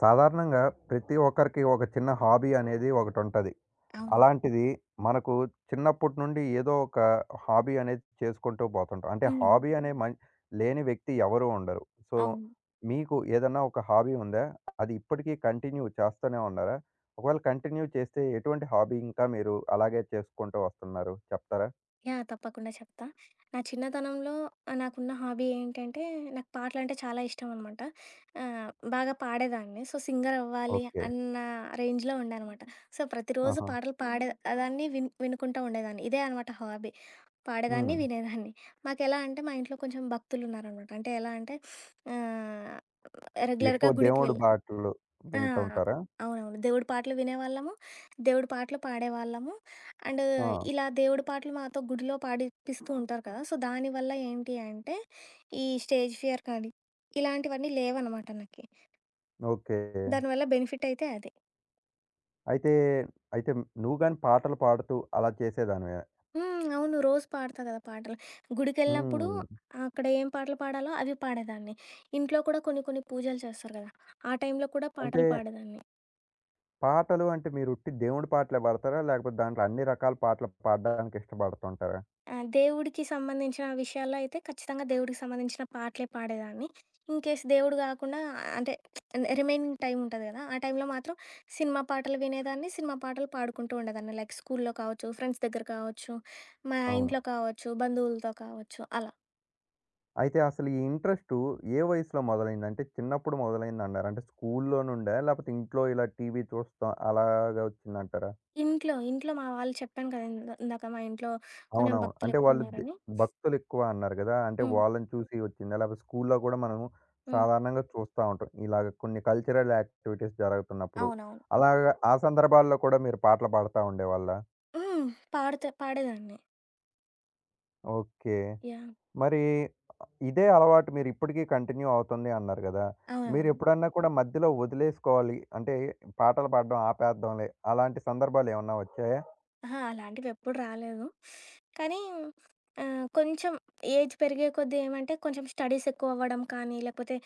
సాధారణంగా ప్రతి ఒక్కరికి ఒక చిన్న హాబీ అనేది ఒకటి ఉంటది. అవును. అలాంటిది మనకు చిన్నప్పటి నుండి ఏదో ఒక హాబీ అనేది చేసుకుంటూ పోతుంటాం. అంటే హ్మ్. హాబీ అనే మన్ లేని వ్యక్తి ఎవరు ఉండరు. సో, అవును. మీకు ఏదన్నా ఒక హాబీ ఉందా? అది ఇప్పటికీ కంటిన్యూ చేస్తూనే ఉన్నారా? ఒకవేళ కంటిన్యూ చేస్తే ఎటువంటి హాబీ ఇంకా మీరు అలాగే చేసుకుంటూ వస్తున్నారు చెప్తారా? యాహ్! తప్పకుండా చెప్తా. నా చిన్నతనంలో నాకున్న హాబీ ఏంటంటే, నాకు పాటలంటే చాలా ఇష్టమనమాట. ఆహ్, బాగా పాడేదాన్ని. So, సింగరవ్వాలి okay. అన్న రేంజ్‌లో ఉండే అనమాట. సో, ప్రతిరోజు ఆహా! పాటలు పాడే దాన్ని వినుకుంటా ఉండేదాన్ని. ఇదే అనమాట హాబీ. పాడేదాన్ని, హ్మ్. వినేదాన్ని. మాకెలా అంటే, మా ఇంట్లో కొంచెం భక్తులున్నారనమాట. అంటే ఎలా అంటే ఆహ్, ఎక్కువ రెగ్యులర్‌గా గుడికి దేవుడు వెళ్ళే. పాటలు ఆ! వింటుంటారా? అవునవును. దేవుడి పాటలు వినేవాళ్ళము. దేవుడి పాటలు పాడేవాళ్ళము. అండ్ ఆ! ఇలా దేవుడి పాటలు మాతో గుడిలో పాడిపిస్తూ ఉంటారు కదా! సో, దానివల్ల ఏంటి అంటే, ఈ స్టేజ్ ఫియర్ కానీ, ఇలాంటివన్నీ లేవనమాట నాకి. ఓకే. దానివల్ల బెనిఫిట్ అయితే అది. అయితే, అయితే నువ్వు గాని పాటలు పాడుతూ అలా చేసేదానివే? హ్మ్. అవును. రోజు పాడతా కదా పాటలు. గుడికెళ్ళినప్పుడు హ్మ్. అక్కడ ఏం పాటలు పాడాలో అవి పాడేదాన్ని. ఇంట్లో కూడా కొన్ని కొన్ని పూజలు చేస్తారు కదా! ఆ టైంలో కూడా అంటే పాటలు పాడేదాన్ని. పాటలు అంటే మీరు ఉట్టి దేవుడి పాటలే పాడతారా? లేకపోతే దాంట్లో అన్ని రకాల పాటలు పాడడానికి ఇష్టపడుతుంటారా? ఆ! దేవుడికి సంబంధించిన విషయాల్లో అయితే ఖచ్చితంగా దేవుడికి సంబంధించిన పాటలే పాడేదాన్ని. ఇన్ కేస్ దేవుడు గాకుండా అంటే రిమైనింగ్ టైమ్ ఉంటది గదా! ఆ టైంలో మాత్రం సినిమా పాటలు వినేదాన్ని, సినిమా పాటలు పాడుకుంటూ ఉండేదాన్ని. లైక్ స్కూల్లో కావచ్చు, ఫ్రెండ్స్ దగ్గర కావచ్చు, మా అవును. ఇంట్లో కావచ్చు, బంధువులతో కావచ్చు అలా. అయితే అసలు ఈ ఇంట్రెస్టు ఏ వయసులో మొదలైంది? అంటే చిన్నప్పుడు మొదలైందన్నారు. అంటే స్కూల్‌లో నుండా? లేకపోతే ఇంట్లో ఇలా టీవీ చూస్తాం అలాగా వచ్చిందంటారా? ఇంట్లో మా వాళ్ళు చెప్పాను కదా! ఇందాక మా ఇంట్లో కొంచెం అవునవును. అంటే వాళ్ళు భక్తులెక్కువున్నారని. భక్తులెక్కువ అన్నారు గదా! అంటే హ్మ్. వాళ్ళని చూసి వచ్చిందా? లేకపోతే స్కూల్లో గూడా మనం హ్మ్. సాధారణంగా చూస్తా ఉంటాం. ఇలాగ కొన్ని కల్చరల్ యాక్టివిటీస్ జరుగుతున్నప్పుడు. అవునవును. అలాగా ఆ సందర్భాల్లో కూడా మీరు పాటలు పాడుతా ఉండేవాళ్ళా? హ్మ్. పాడేదాన్ని. ఓకే. యాహ్! మరి ఇదే అలవాటు మీరిప్పటికీ కంటిన్యూ అవుతుంది అన్నారు గదా! అవునవును. మీరెప్పుడన్నా కూడా మధ్యలో వదిలేసుకోవాలి అంటే పాటలు పాడడం ఆపేద్దాంలే అలాంటి సందర్భాలేమన్నా వచ్చాయా? అహా! అలాంటివెప్పుడు రాలేదు. కానీ కొంచెం ఏజ్ పెరిగే కొద్దీ ఏమంటే, కొంచెం స్టడీస్ ఎక్కువవ్వడం కానీ, లేకపోతే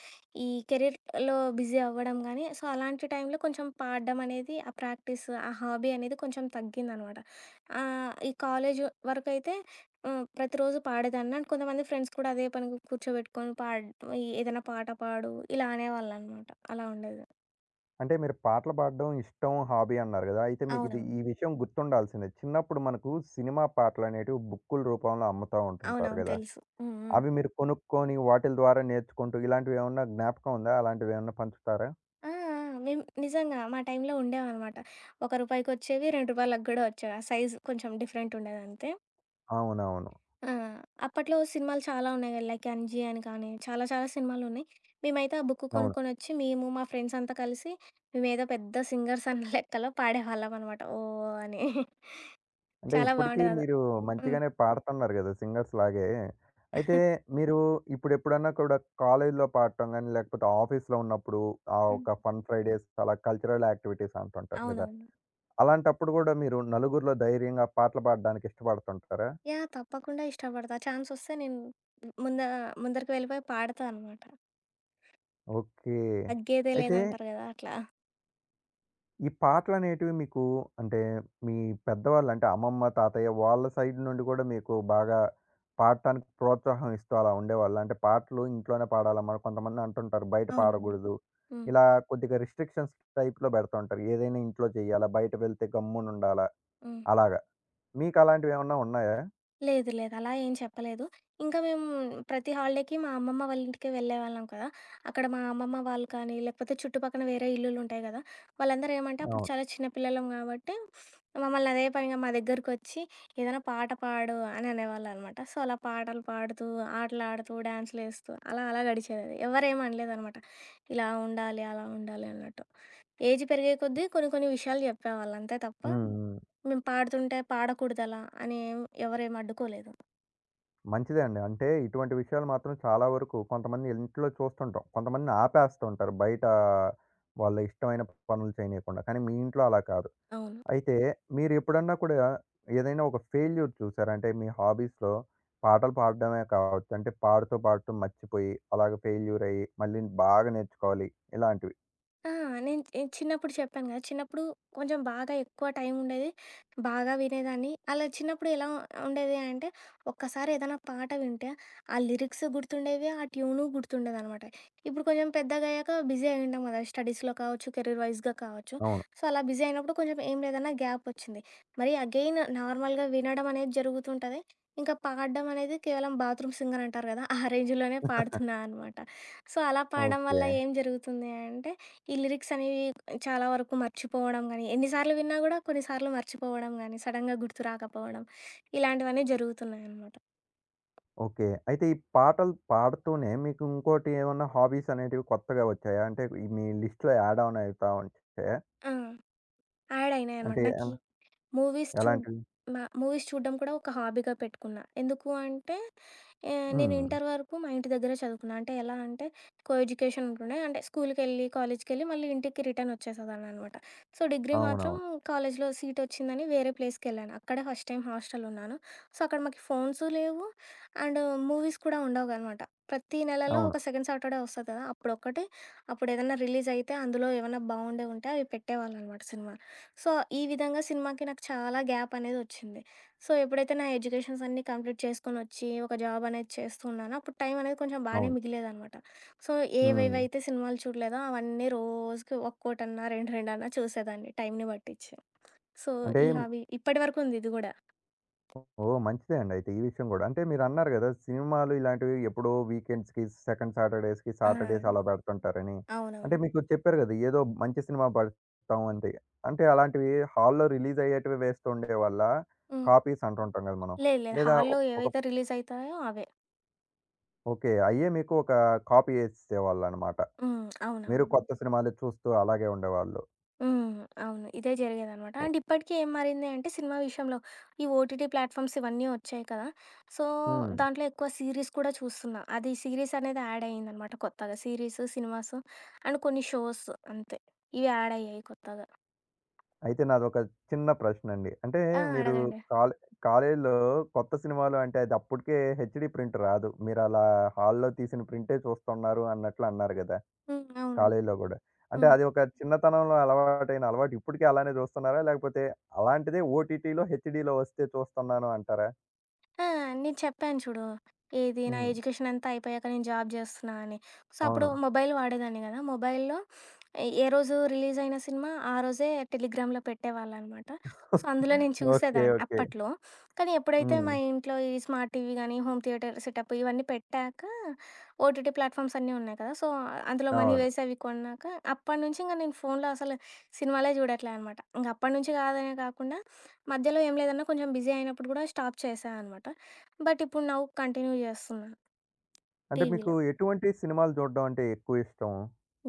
ఈ కెరీర్‌లో బిజీ అవ్వడం గానీ, సో, అలాంటి టైంలో కొంచెం పాడడం అనేది, ఆ ప్రాక్టీస్, ఆ హాబీ అనేది కొంచెం తగ్గిందనమాట. ఈ కాలేజ్ వరకైతే హ్మ్, ప్రతిరోజు పాడేదాన్ని. అండ్ కొంతమంది ఫ్రెండ్స్ కూడా అదే పనిగా కూర్చోబెట్టుకొని ఈ ఏదైనా పాట పాడు, ఇలా అనేవాళ్ళనమాట. అలా ఉండేది. అంటే మీరు పాటలు పాడడం ఇష్టం, హాబీ అన్నారు గదా! అయితే మీకిది అవునవును. ఈ విషయం గుర్తుండాల్సిందే. చిన్నప్పుడు మనకు సినిమా పాటలనేటివి బుక్కుల రూపంలో అమ్ముతా ఉంటుంటారు అవునవును. గదా! తెలుసు. హ్మ్. హ్మ్. అవి మీరు కొనుక్కొని వాటిల ద్వారా నేర్చుకుంటూ ఇలాంటివేమన్నా జ్ఞాపకం ఉందా? అలాంటివేమన్నా పంచుతారా? ఆ! ఆ! మేము నిజంగా మా టైంలో ఉండేవనమాట. రూ. 1కి వచ్చేవి, రూ. 2కి గూడా వచ్చేవి. ఆ సైజు కొంచెం డిఫరెంట్ ఉండేదంతే. అవునవును. ఆ! అప్పట్లో సినిమాలు చాలా ఉన్నాయి కదా! లైక్ 'అంజి' అని కానీ, చాలా చాలా సినిమాలున్నాయి. మేమైతే ఆ బుక్ అవును. కొనుక్కొనొచ్చి, మేము మా ఫ్రెండ్స్ అంతా కలిసి మేమేదో పెద్ద సింగర్స్ అన్న లెక్కలో పాడేవాళ్ళమనమాట. ఓహ్! అని. అంటే చాలా ఇప్పటికీ బావుండేదది. మీరు హ్మ్. మంచిగానే పాడుతున్నారు గదా! సింగర్స్ లాగే. అయితే మీరు ఇప్పుడెప్పుడన్నా కూడా కాలేజీలో పాడటం గాని, లేకపోతే ఆఫీస్‌లో ఉన్నప్పుడు ఆ హ్మ్. ఒక ఫన్ ఫ్రైడేస్ అలా కల్చరల్ యాక్టివిటీస్ అంటుంటారు గదా! అవునవును. అలాంటప్పుడు గూడా మీరు నలుగురిలో ధైర్యంగా పాటలు పాడడానికి ఇష్టపడుతుంటారా? యాహ్! తప్పకుండా ఇష్టపడతా. ఛాన్సొస్తే నేను ముంద ముందరికి వెళ్ళిపోయి పాడతా అనమాట. ఓకే. తగ్గేదే అయితే లేదంటారు గదా! అట్లా. ఈ పాటలనేటివి మీకు అంటే మీ పెద్దవాళ్ళు అంటే అమ్మమ్మ, తాతయ్య వాళ్ళ సైడ్ నుండి గూడా మీకు బాగా పాడటానికి ప్రోత్సాహం ఇస్తూ అలా ఉండేవాళ్ళా? అంటే పాటలు ఇంట్లోనే పాడాలమ్మా! కొంతమంది అంటుంటారు బయట అవునవును. పాడగూడదు. హ్మ్. ఇలా కొద్దిగా రిస్ట్రిక్షన్స్ టైప్‌లో పెడతా ఉంటారు. ఏదైనా ఇంట్లో చేయాలా? బయట వెళ్తే గమ్మునుండాలా? హ్మ్. అలాగా. మీకు అలాంటివేమన్నా ఉన్నాయా? లేదు. లేదు. అలా ఏం చెప్పలేదు. ఇంకా మేము ప్రతి హాలిడేకి మా అమ్మమ్మ వాళ్ళ ఇంటికి వెళ్ళేవాళ్ళం కదా! అక్కడ మా అమ్మమ్మ వాళ్ళు కానీ, లేకపోతే చుట్టుపక్కన వేరే ఇల్లులుంటాయి గదా! వాళ్ళందరూ ఏమంటే అప్పుడు అవును. చాలా చిన్న పిల్లలం గాబట్టి, మమ్మల్ని అదే పనిగా మా దగ్గరకొచ్చి "ఏదైనా పాట పాడు" అని అనేవాళ్ళనమాట. సో, అలా పాటలు పాడుతూ, ఆటలాడుతూ, డాన్సులేస్తూ అలా అలా గడిచేదది. ఎవరేమనలేదనమాట. ఇలా ఉండాలి, అలా ఉండాలి అన్నట్టు. ఏజ్ పెరిగే కొద్దీ కొన్ని కొన్ని విషయాలు చెప్పేవాళ్ళు. అంతే తప్ప హ్మ్. మేము పాడుతుంటే పాడకూడదలా అని ఏం ఎవరేం అడ్డుకోలేదు. మంచిదే అండి. అంటే ఇటువంటి విషయాలు మాత్రం చాలా వరకు కొంతమంది ఇంట్లో చూస్తుంటాం. కొంతమందిని ఆపేస్తుంటారు బయట వాళ్ళ ఇష్టమైన పనులు చేయనీయకుండా. కానీ మీ ఇంట్లో అలా కాదు. అవును. అయితే మీరెప్పుడన్నా కూడా ఏదైనా ఒక ఫెయిల్యూర్ చూసారా? అంటే మీ హాబీస్‌లో పాటలు పాడడమే కావచ్చు. అంటే పాడుతూ, పాడుతూ మర్చిపోయి అలాగే ఫెయిల్యూర్ అయ్యి మళ్ళీ బాగా నేర్చుకోవాలి ఇలాంటివి. ఆ! నేను చిన్నప్పుడు చెప్పాను కదా! చిన్నప్పుడు కొంచెం బాగా ఎక్కువ టైం ఉండేది. బాగా వినేదాన్ని. అలా చిన్నప్పుడు ఎలా ఉండేది అంటే, ఒక్కసారి ఏదైనా పాట వింటే, ఆ లిరిక్స్ గుర్తుండేవి, ఆ ట్యూను గుర్తుండేదనమాట. ఇప్పుడు కొంచెం పెద్దగయ్యాక బిజీ అయి ఉంటాం కదా! స్టడీస్‌లో కావచ్చు, కెరీర్ వైస్‌గా కావచ్చు. అవును. సో, అలా బిజీ అయినప్పుడు కొంచెం ఏం లేదన్నా గ్యాప్ వచ్చింది. మరి అగైన్ నార్మల్‌గా వినడం అనేది జరుగుతుంటది. ఇంకా పాడడం అనేది కేవలం బాత్రూమ్ సింగర్ అంటారు కదా! ఆ రేంజ్‌లోనే పాడుతున్నా అనమాట. సో, అలా పాడడం వల్ల ఓకే. ఏం జరుగుతుంది అంటే ఈ లిరిక్స్ అనేవి చాలా వరకు మర్చిపోవడం గానీ, ఎన్నిసార్లు విన్నా గూడా కొన్నిసార్లు మర్చిపోవడం గానీ, సడెన్‌గా గుర్తు రాకపోవడం, ఇలాంటివన్నీ జరుగుతున్నాయనమాట. ఓకే. అయితే ఈ పాటలు పాడుతూనే మీకు ఇంకోటి ఏమన్నా హాబీస్ అనేటివి కొత్తగా వచ్చాయా? అంటే ఈ మీ లిస్ట్‌లో యాడ్ ఆన్ అయితా ఉంటే ఆ! యాడ్ అయినాయనమాట అంటే నాకీ మూవీస్ చూడ్ ఎలాంటివి? మూవీస్ చూడ్డం కూడా ఒక హాబీగా పెట్టుకున్నా. ఎందుకు అంటే, నేను హ్మ్. ఇంటర్ వరకు మా ఇంటి దగ్గరే చదువుకున్నా. అంటే ఎలా అంటే, కో ఎడ్యుకేషన్ ఉంటుండే. అంటే స్కూలుకెళ్ళి, కాలేజ్‌కెళ్ళి మళ్ళీ ఇంటికి రిటర్న్ వచ్చేసేదాన్ననమాట. సో, డిగ్రీ మాత్రం అవునవును. కాలేజ్‌లో సీట్ వచ్చిందని వేరే ప్లేస్‌కెళ్ళాను. అక్కడే ఫస్ట్ టైం హాస్టల్‌లో ఉన్నాను. సో, అక్కడ మాకు ఫోన్స్ లేవు అండ్ మూవీస్ కూడా ఉండవనమాట. ప్రతి నెలలో అవును. ఒక సెకండ్ సాటర్‌డే వస్తది కదా! అప్పుడొక్కటి, అప్పుడేదన్నా రిలీజ్ అయితే అందులో ఏమన్నా బావుండేవుంటే అవి పెట్టేవాళ్ళనమాట సినిమా. సో, ఈ విధంగా సినిమాకి నాకు చాలా గ్యాప్ అనేదొచ్చింది. సో, ఎప్పుడైతే నా ఎడ్యుకేషన్స్ అన్నీ కంప్లీట్ చేసుకొనొచ్చి, ఒక జాబ్ అనేది చేస్తున్నానో, అప్పుడు టైం అనేది కొంచెం బానే అవును. మిగిలేదనమాట. సో, హ్మ్. ఏవేవైతే సినిమాలు చూడలేదో అవన్నీ రోజుకి ఒక్కోటన్నా, 2, 2 అన్నా చూసేదాన్ని టైంని పట్టిచ్చి. సో, అంటే ఈ హాబీ ఇప్పటి వరకుంది ఇది గూడా. ఓహ్! మంచిదే అండి అయితే ఈ విషయం గూడా. అంటే మీరన్నారు గదా! సినిమాలు ఇలాంటివి ఎప్పుడో వీకెండ్స్‌కి, సెకండ్ సాటర్‌డేస్‌కి, ఆ! సాటర్‌డేస్ అలా బెడుతుంటారని. అంటే అవునవును. మీకు చెప్పారు గదా! ఏదో మంచి సినిమా బడతాం అంతే. అంటే అలాంటివి హాల్‌లో రిలీజ్ అయ్యేటివి వేస్తుండేవాళ్ళ? హ్మ్. కాపీస్ అంటుంటాం గదా! మనం. లేదు లేదు. లేదా ఒ హాల్లో ఒక ఏవైతే రిలీజయితాయో అవే. ఓకే. అయ్యే మీకు ఒక కాపీ యేసేసేవాళ్ళనమాట. హ్మ్. మీరు అవునవును. కొత్త సినిమాలు చూస్తూ అలాగే ఉండేవాళ్ళు. హ్మ్. అవును. ఇదే జరిగేదనమాట. ఓహ్! అండ్ ఇప్పటికి ఏం మారింది అంటే సినిమా విషయంలో ఈ ఓటీటీ ప్లాట్‌ఫామ్స్ ఇవన్నీ వచ్చాయి కదా! సో, హ్మ్. దాంట్లో ఎక్కువ సీరీస్ కూడా చూస్తున్నా. అది సీరీస్ అనేది యాడ్ అయిందనమాట కొత్తగా. సీరీస్, సినిమాస్ అండ్ కొన్ని షోస్ అంతే. ఇవి యాడ్ అయ్యాయి కొత్తగా. అయితే నాదొక చిన్న ప్రశ్నండి. అంటే ఆ! మీరు అడగండి. కాలే కాలేజీలో కొత్త సినిమాలు అంటే అది అప్పటికే హెచ్‌డీ ప్రింట్ రాదు. మీరలా హాల్‌లో తీసిన ప్రింటే చూస్తున్నారు అన్నట్లు అన్నారు గదా! హ్మ్. అవును. కాలేజీలో గూడా. అంటే హ్మ్. అది ఒక చిన్నతనంలో అలవాటైన అలవాటు ఇప్పటికి అలానే చూస్తున్నారా? లేకపోతే అలాంటిదే ఓటీటీలో హెచ్‌డీలో వస్తే చూస్తున్నాను అంటారా? ఆ! నేను చెప్పాను చూడు. ఏది నా హ్మ్. ఎడ్యుకేషన్ అంతా అయిపోయాక నేను జాబ్ జేస్తున్నా అని. సో, అప్పుడు అవును. మొబైల్ వాడేదాన్ని గదా! మొబైల్‌లో ఏ రోజు రిలీజ్ అయిన సినిమా ఆ రోజే టెలిగ్రామ్‌లో పెట్టేవాళ్ళనమాట. సో, అందులో నేను ఓకే. చూసేదాన్ని ఓకే. అప్పట్లో. కానీ ఎప్పుడైతే మా హ్మ్. ఇంట్లో ఈ స్మార్ట్ టీవీ గానీ, హోమ్ థియేటర్ సెటప్ ఇవన్నీ పెట్టాక ఓటీటీ ప్లాట్‌ఫామ్స్ అన్నీ ఉన్నాయి కదా! సో, అందులో మనీ అవును. వేసి అవి కొన్నాక అప్పటి నుంచి ఇంక నేను ఫోన్‌లో అసలు సినిమాలే జూడట్లే అనమాట. ఇంక అప్పటి నుంచి కాదనే కాకుండా మధ్యలో ఏం లేదన్నా కొంచెం బిజీ అయినప్పుడు గూడా స్టాప్ చేశా అనమాట. బట్ ఇప్పుడు నౌ కంటిన్యూ జేస్తున్నా అంటే మీకు టీవీలో. ఎటువంటి సినిమాలు చూడడం అంటే ఎక్కువ ఇష్టం?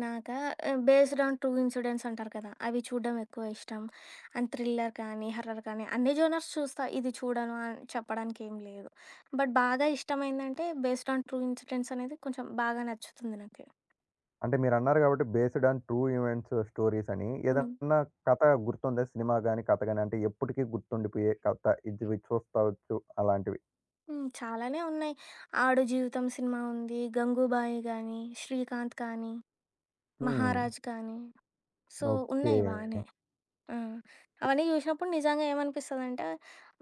నాకా బేస్డ్ ఆన్ ట్రూ ఇన్సిడెంట్స్ అంటారు కదా! అవి చూడడం ఎక్కువ ఇష్టం. అండ్ థ్రిల్లర్ కానీ, హర్రర్ కానీ అన్ని జోనర్స్ చూస్తా. ఇది చూడను అని చెప్పడానికి ఏం లేదు. బట్ బాగా ఇష్టమైందంటే బేస్డ్ ఆన్ ట్రూ ఇన్సిడెంట్స్ అనేది కొంచెం బాగా నచ్చుతుంది నాకు. అంటే మీరన్నారు కాబట్టి based on true events stories అని. హ్మ్. ఏదన్నా కథ గుర్తుందా? సినిమా గాని, కథ గాని అంటే ఎప్పటికీ గుర్తుండిపోయే కథ. ఇది చూస్తావచ్చు అలాంటివి. హ్మ్. చాలానే ఉన్నాయి. 'ఆడు జీవితం' సినిమా ఉంది. 'గంగూబాయి' గానీ, 'శ్రీకాంత్' కానీ, హ్మ్. 'మహారాజ్' కానీ సో, ఓకే. ఉన్నాయి బానే. ఆ! అవన్నీ జూసినప్పుడు నిజంగా ఏమనిపిస్తదంటే,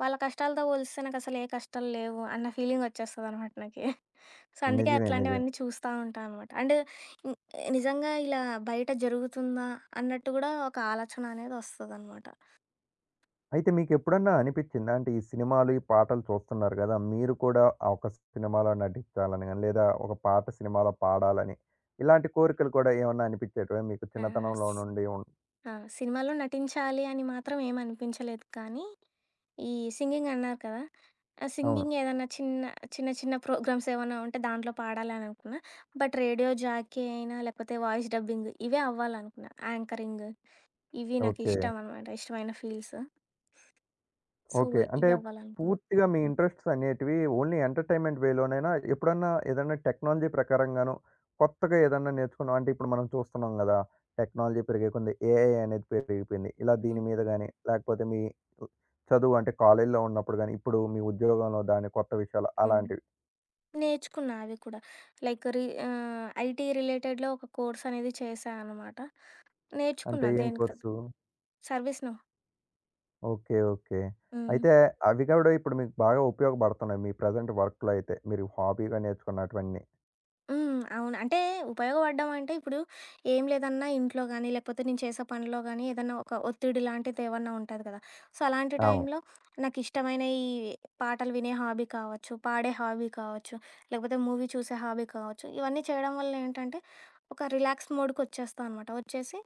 వాళ్ళ కష్టాలతో పోలిస్తే నాకసలు ఏ కష్టాలు లేవు అన్న ఫీలింగొచ్చేస్తదనమాట నాకి. సో, అందుకే నిజమే. నిజమే. అట్లాంటివన్నీ చూస్తా ఉంటా అనమాట. అండ్ హ్మ్, నిజంగా ఇలా బయట జరుగుతుందా అన్నట్టు గూడా ఒక ఆలోచన అనేదొస్తదనమాట. అయితే మీకెప్పుడన్నా అనిపిచ్చిందా? అంటే ఈ సినిమాలు, ఈ పాటలు చూస్తున్నారు గదా! మీరు కూడా ఆ ఒక సినిమాలో నటించాలని గాని, లేదా ఒక పాట సినిమాలో పాడాలని, ఇలాంటి కోరికలు కూడా ఏమన్నా అనిపిచ్చేటివా మీకు ఆ! స్ చిన్నతనంలో నుండి? ఆ! సినిమాలో నటించాలి అని మాత్రం ఏమనిపించలేదు కానీ, ఈ సింగింగన్నారు కదా! ఆ! అవును. సింగింగ్ ఏదన్నా చిన్న చిన్న ప్రోగ్రామ్స్ ఏమన్నా ఉంటే దాంట్లో పాడాలననుకున్నా. బట్ రేడియో జాకీ అయినా, లేకపోతే వాయిస్ డబ్బింగ్ ఇవే అవ్వాలనుకున్నా. యాంకరింగ్ ఇవి ఓకే. నాకిష్టం అనమాట. ఇష్టమైన ఫీల్డ్స్. So, okay. అంటే ఇవి అవ్వాలనుకున్నా. పూర్తిగా మీ ఇంట్రెస్ట్స్ అనేటివి ఓన్లీ ఎంటర్‌టైన్‌మెంట్ వేలోనైనా ఎప్పుడన్నా ఏదన్నా టెక్నాలజీ ప్రకారంగాను కొత్తగా ఏదన్నా నేర్చుకున్నాం అంటే ఇప్పుడు మనం చూస్తున్నాం గదా! టెక్నాలజీ పెరిగే కొంది ఏఐ అనేది పెరిగిపోయింది. ఇలా హ్మ్. దీని మీద గాని లేకపోతే మీ చదువు అంటే కాలేజీలో ఉన్నప్పుడు గాని, ఇప్పుడు మీ ఉద్యోగంలో దాని కొత్త విషయాలు హ్మ్. అలాంటివి. నేర్చుకున్నా అవి కూడా. లైక్ ఐటీ రిలేటెడ్‌లో ఒక కోర్స్ అనేది చేశా అనమాట. అంటే నేర్చుకున్నా ఏం దేనికి తగ్గ course? Service no. Okay. Okay. హ్మ్. అయితే అవి గూడా ఇప్పుడు మీకు బాగా ఉపయోగపడుతున్నాయి. మీ ప్రెజెంట్ వర్క్‌లో అయితే మీరు హాబీగా నేర్చుకున్నటివన్నీ. హ్మ్. అవును. అంటే ఉపయోగపడ్డం అంటే ఇప్పుడు ఏం లేదన్నా ఇంట్లో గానీ, లేకపోతే నేను చేసే పనిలో గానీ ఏదన్నా ఒక ఒత్తిడి లాంటిది ఏమన్నా ఉంటది కదా! సో, అలాంటి అవును. టైంలో నాకిష్టమైన ఈ పాటలు వినే హాబీ కావచ్చు, పాడే హాబీ కావచ్చు, లేకపోతే మూవీ చూసే హాబీ కావచ్చు, ఇవన్నీ చేయడం వల్ల ఏంటంటే ఒక రిలాక్స్ మోడ్‌కొచ్చేస్తా అనమాట. వచ్చేసి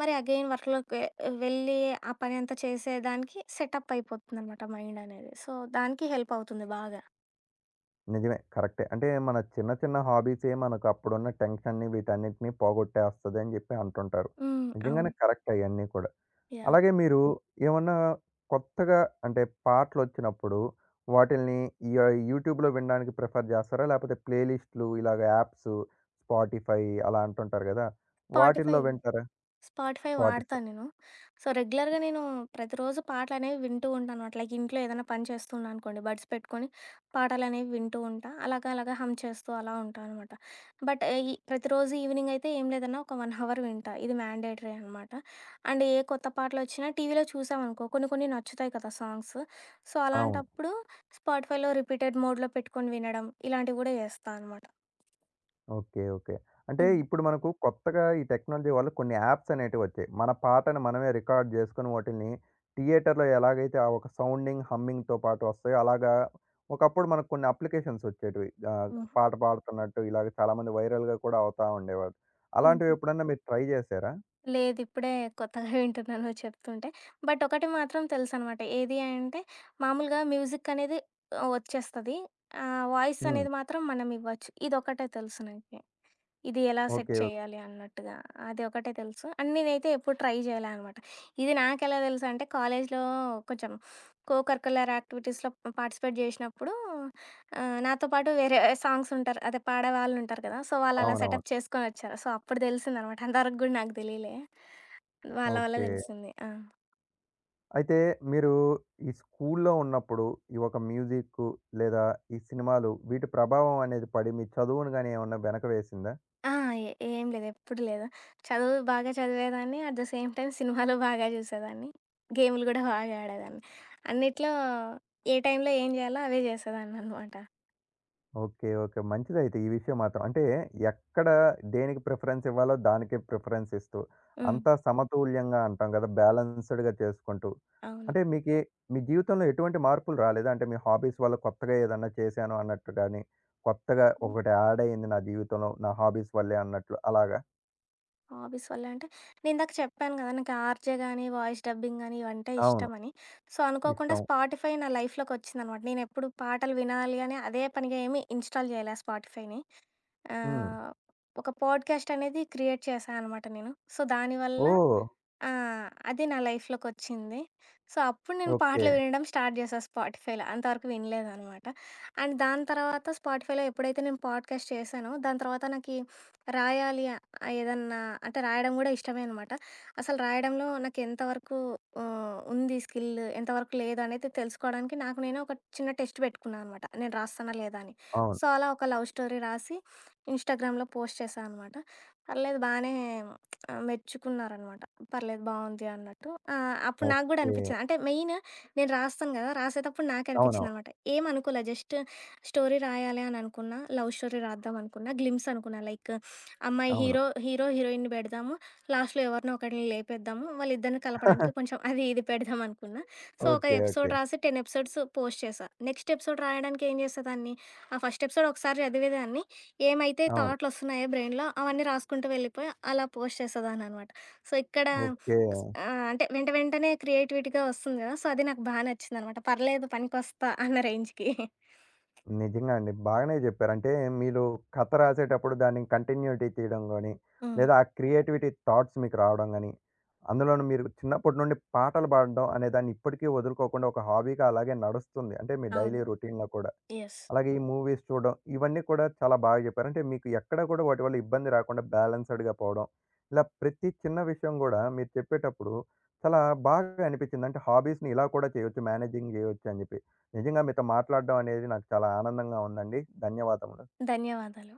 మరి అగైన్ వర్క్‌లోకి వెళ్ళి ఆ పని అంతా చేసేదానికి సెటప్ అయిపోతుందనమాట మైండ్ అనేది. సో, దానికి హెల్ప్ అవుతుంది బాగా. నిజమే. కరెక్టే. అంటే మన చిన్న చిన్న హాబీసే మనకు అప్పుడున్న టెన్షన్‌ని వీటన్నిటిని పోగొట్టేస్తదని జెప్పి అంటుంటారు. హ్మ్. నిజంగానే అవును. కరెక్ట్ అయన్నీ కూడా. యాహ్! అలాగే మీరు ఏమన్నా కొత్తగా అంటే పాటలొచ్చినప్పుడు వాటిల్ని ఈ యూట్యూబ్‌లో వినడానికి ప్రిఫర్ జేస్తారా? లేపోతే ప్లే లిస్ట్‌లు ఇలాగ యాప్స్, స్పాటిఫై అలా అంటుంటారు గదా! స్పాటిఫై వాటిల్లో వింటారా? Spotify Spotify. వాడతాను నేను. సో, రెగ్యులర్‌గా నేను ప్రతిరోజు పాటలనేవి వింటూ ఉంటానమాట. లైక్ ఇంట్లో ఏదైనా పని చేస్తున్నా అనుకోండి, బడ్స్ పెట్టుకొని పాటలనేవి వింటూ ఉంటా. అలాగా, అలాగా హమ్ చేస్తూ అలా ఉంటా అనమాట. బట్ ఈ ప్రతిరోజు ఈవినింగ్ అయితే ఏం లేదన్నా ఒక 1 అవర్ వింటా. ఇది మ్యాండేటరీ అనమాట. అండ్ ఏ కొత్త పాటలొచ్చినా టీవీలో చూసామనుకో కొన్ని, కొన్ని నచ్చుతాయి కదా సాంగ్స్. సో, అవును. అలాంటప్పుడు స్పాటిఫైలో రిపీటెడ్ మోడ్‌లో పెట్టుకొని వినడం, ఇలాంటివి గూడా చేస్తా అనమాట. ఓకే. ఓకే. అంటే హ్మ్. ఇప్పుడు మనకు కొత్తగా ఈ టెక్నాలజీ వల్ల కొన్ని యాప్స్ అనేటివి వచ్చాయి. మన పాటను మనమే రికార్డ్ జేసుకొని వాటిల్ని థియేటర్‌లో ఎలాగైతే ఆ ఒక సౌండింగ్, హమ్మింగ్‌తో పాటు వస్తాయో అలాగా ఒకప్పుడు మనకు కొన్ని అప్లికేషన్స్ వచ్చేటివి. ఓహ్! పాట పాడుతున్నట్టు ఇలాగ చాలామంది వైరల్‌గా కూడా అవుతా ఉండేవారు. అలాంటివి హుహు. ఎప్పుడన్నా మీరు ట్రై జేశారా? లేదు. ఇప్పుడే కొత్తగా వింటున్నా నువ్వు చెప్తుంటే. బట్ ఒకటి మాత్రం తెలుసనమాట. ఏది అంటే మామూలుగా మ్యూజిక్ అనేది వచ్చేస్తది. వాయిస్ హ్మ్. అనేది మాత్రం మనం ఇవ్వచ్చు. ఇదొకటే తెలుసు నాకి. ఇది ఎలా సెట్ ఓకే. ఓకే. చేయాలి అన్నట్టుగా. అది ఒకటే తెలుసు. అండ్ నేనైతే ఎప్పుడు ట్రై చేయలే అనమాట. ఇది నాకెలా తెలుసు అంటే కాలేజ్‌లో కొంచెం కో కరిక్యులర్ యాక్టివిటీస్‌లో పార్టిసిపేట్ చేసినప్పుడు నాతో పాటు వేరే సాంగ్స్ ఉంటారు. అదే పాడే వాళ్ళుంటారు కదా! సో, వాళ్ళు అలా అవునవును. సెటప్ చేసుకొనొచ్చారు. సో, అప్పుడు తెలిసిందనమాట. అంతవరకు కూడా నాకు తెలీలే. వాళ్ళ వల్ల ఓకే. తెలిసింది. ఆ! అయితే మీరు ఈ స్కూల్లో ఉన్నప్పుడు ఈ ఒక మ్యూజిక్కు లేదా ఈ సినిమాలు వీటి ప్రభావం అనేది పడి మీ చదువును గాని ఏమన్నా వెనక వేసిందా? ఆ! ఏ ఏం లేదు. ఎప్పుడు లేదు. చదువు బాగా చదివేదాన్ని. అట్ ద సేమ్ టైమ్ సినిమాలు బాగా చూసేదాన్ని. గేములు గూడా బాగా ఆడేదాన్ని. అన్నిట్లో ఏ టైంలో ఏం జేయాలో అవే జేసేదాన్ననమాట. ఓకే. ఓకే. మంచిదైతే ఈ విషయం మాత్రం. అంటే ఎక్కడ దేనికి ప్రిఫరెన్స్ ఇవ్వాలో దానికే ప్రిఫరెన్స్ ఇస్తూ, హ్మ్. అంతా సమతుల్యంగా అంటాం గదా! బ్యాలెన్స్‌డ్‌గా చేసుకుంటూ. అవును. అంటే మీకి మీ జీవితంలో ఎటువంటి మార్పులు రాలేదా? అంటే మీ హాబీస్ వల్ల కొత్తగా ఏదన్నా చేశాను అన్నట్టు గాని, కొత్తగా ఒకటి యాడ్ అయింది నా జీవితంలో నా హాబీస్ వల్లే అన్నట్లు అలాగా? హాబీస్ వల్ల అంటే, నేనిందాక చెప్పాను గదా! నాకు ఆర్‌జే గాని, వాయిస్ డబ్బింగ్ గాని ఇవంటే అవును. ఇష్టమని. సో, అనుకోకుండా ఇష్టం. స్పాటిఫై నా లైఫ్‌లోకొచ్చిందనమాట. నేనెప్పుడు పాటలు వినాలి అని అదే పనిగా ఏమి ఇన్‌స్టాల్ జేయలే స్పాటిఫైని. హ్మ్. ఆహ్, ఒక పాడ్‌కాస్ట్ అనేది క్రియేట్ చేశా అనమాట నేను. సో, దానివల్ల ఓహ్! ఆ! అది నా లైఫ్‌లోకొచ్చింది. సో, అప్పుడు నేను ఓకే. పాటలు వినడం స్టార్ట్ చేశా స్పాటిఫైలో. అంతవరకు వినలేదనమాట. అండ్ దాని తర్వాత స్పాటిఫైలో ఎప్పుడైతే నేను పాడ్‌కాస్ట్ చేశానో, దాని తర్వాత నాకీ రాయాలి ఏదన్నా అంటే రాయడం గూడా ఇష్టమే అనమాట. అసలు రాయడంలో నాకెంత వరకు ఉంది స్కిల్, ఎంతవరకు లేదనేది తెలుసుకోడానికి నాకు నేనే ఒక చిన్న టెస్ట్ పెట్టుకున్నా అనమాట. నేను రాస్తానా లేదా అని. అవును. సో, అలా ఒక లవ్ స్టోరీ రాసి ఇన్‌స్టాగ్రామ్‌లో పోస్ట్ చేశా అనమాట. పర్లేదు బానే మెచ్చుకున్నారనమాట. పర్లేదు బావుంది అన్నట్టు. ఆ! అప్పుడు నాకు గూడా ఓకే. అనిపిచ్చింది. అంటే మెయిన్ నేను రాస్తాను గదా! రాసేటప్పుడు అవునవును. నాకనిపిచ్చిందనమాట. ఏమనుకోలే జస్ట్ స్టోరీ రాయాలి అని అనుకున్నా. లవ్ స్టోరీ రాద్దాం అనుకున్నా. గ్లిమ్స్ అనుకున్నా. లైక్ అమ్మాయి అవును. హీరో, హీరో హీరోయిన్‌ని బెడదాము. లాస్ట్‌లో ఎవరినో ఒకడిని లేపేద్దాము. వాళ్ళిద్దరిని కలపడానికి కొంచెం అది ఇది పెడదాం అనుకున్నా. సో, ఒక ఓకే. Episode okay. రాసి 10 ఎపిసోడ్స్ పోస్ట్ చేశా. నెక్స్ట్ ఎపిసోడ్ రాయడానికి ఏం చేసేదాన్ని, ఆ ఫస్ట్ ఎపిసోడ్ ఒకసారి చదివేదాన్ని. ఏమైతే అవును. థాట్‌లొస్తున్నాయో బ్రెయిన్‌లో అవన్నీ రాసుకుంటూ వెళ్ళిపోయి అలా పోస్ట్ చేసేదాన్ననమాట. సో, ఇక్కడ ఓకే. అంటే వెంట వెంటనే క్రియేటివిటీగా వస్తుంది గదా! సో, అది నాకు బా నచ్చిందనమాట. పర్లేదు పనికొస్తా అన్న రేంజ్‌కి. నిజంగా అండి. బాగానే జెప్పారు. అంటే మీరు కథ రాసేటప్పుడు దాన్ని కంటిన్యూటీ తీయడం గాని, హ్మ్. లేదా ఆ క్రియేటివిటీ థాట్స్ మీకు రావడం గాని, అందులోను మీరు చిన్నప్పటి నుండి పాటలు పాడడం అనే దాన్ని ఇప్పటికీ వదులుకోకుండా ఒక హాబీగా అలాగే నడుస్తుంది. అంటే మీ అవును. డైలీ రొటీన్‌లో కూడా. యెస్. అలాగే ఈ మూవీస్ చూడడం ఇవన్నీ కూడా చాలా బాగా చెప్పారు. అంటే మీకు ఎక్కడ కూడా వాటి వల్ల ఇబ్బంది రాకుండా బ్యాలెన్స్‌డ్‌గా పోవడం. ఇలా ప్రతి చిన్న విషయం గూడా మీరు చెప్పేటప్పుడు చాలా బాగా అనిపించింది. అంటే హాబీస్‌ని ఇలా కూడా చేయొచ్చు మేనేజింగ్ జేయొచ్చు అని జెప్పి. నిజంగా మీతో మాట్లాడడం అనేది నాకు చాలా ఆనందంగా ఉందండి. ధన్యవాదములు. ధన్యవాదాలు.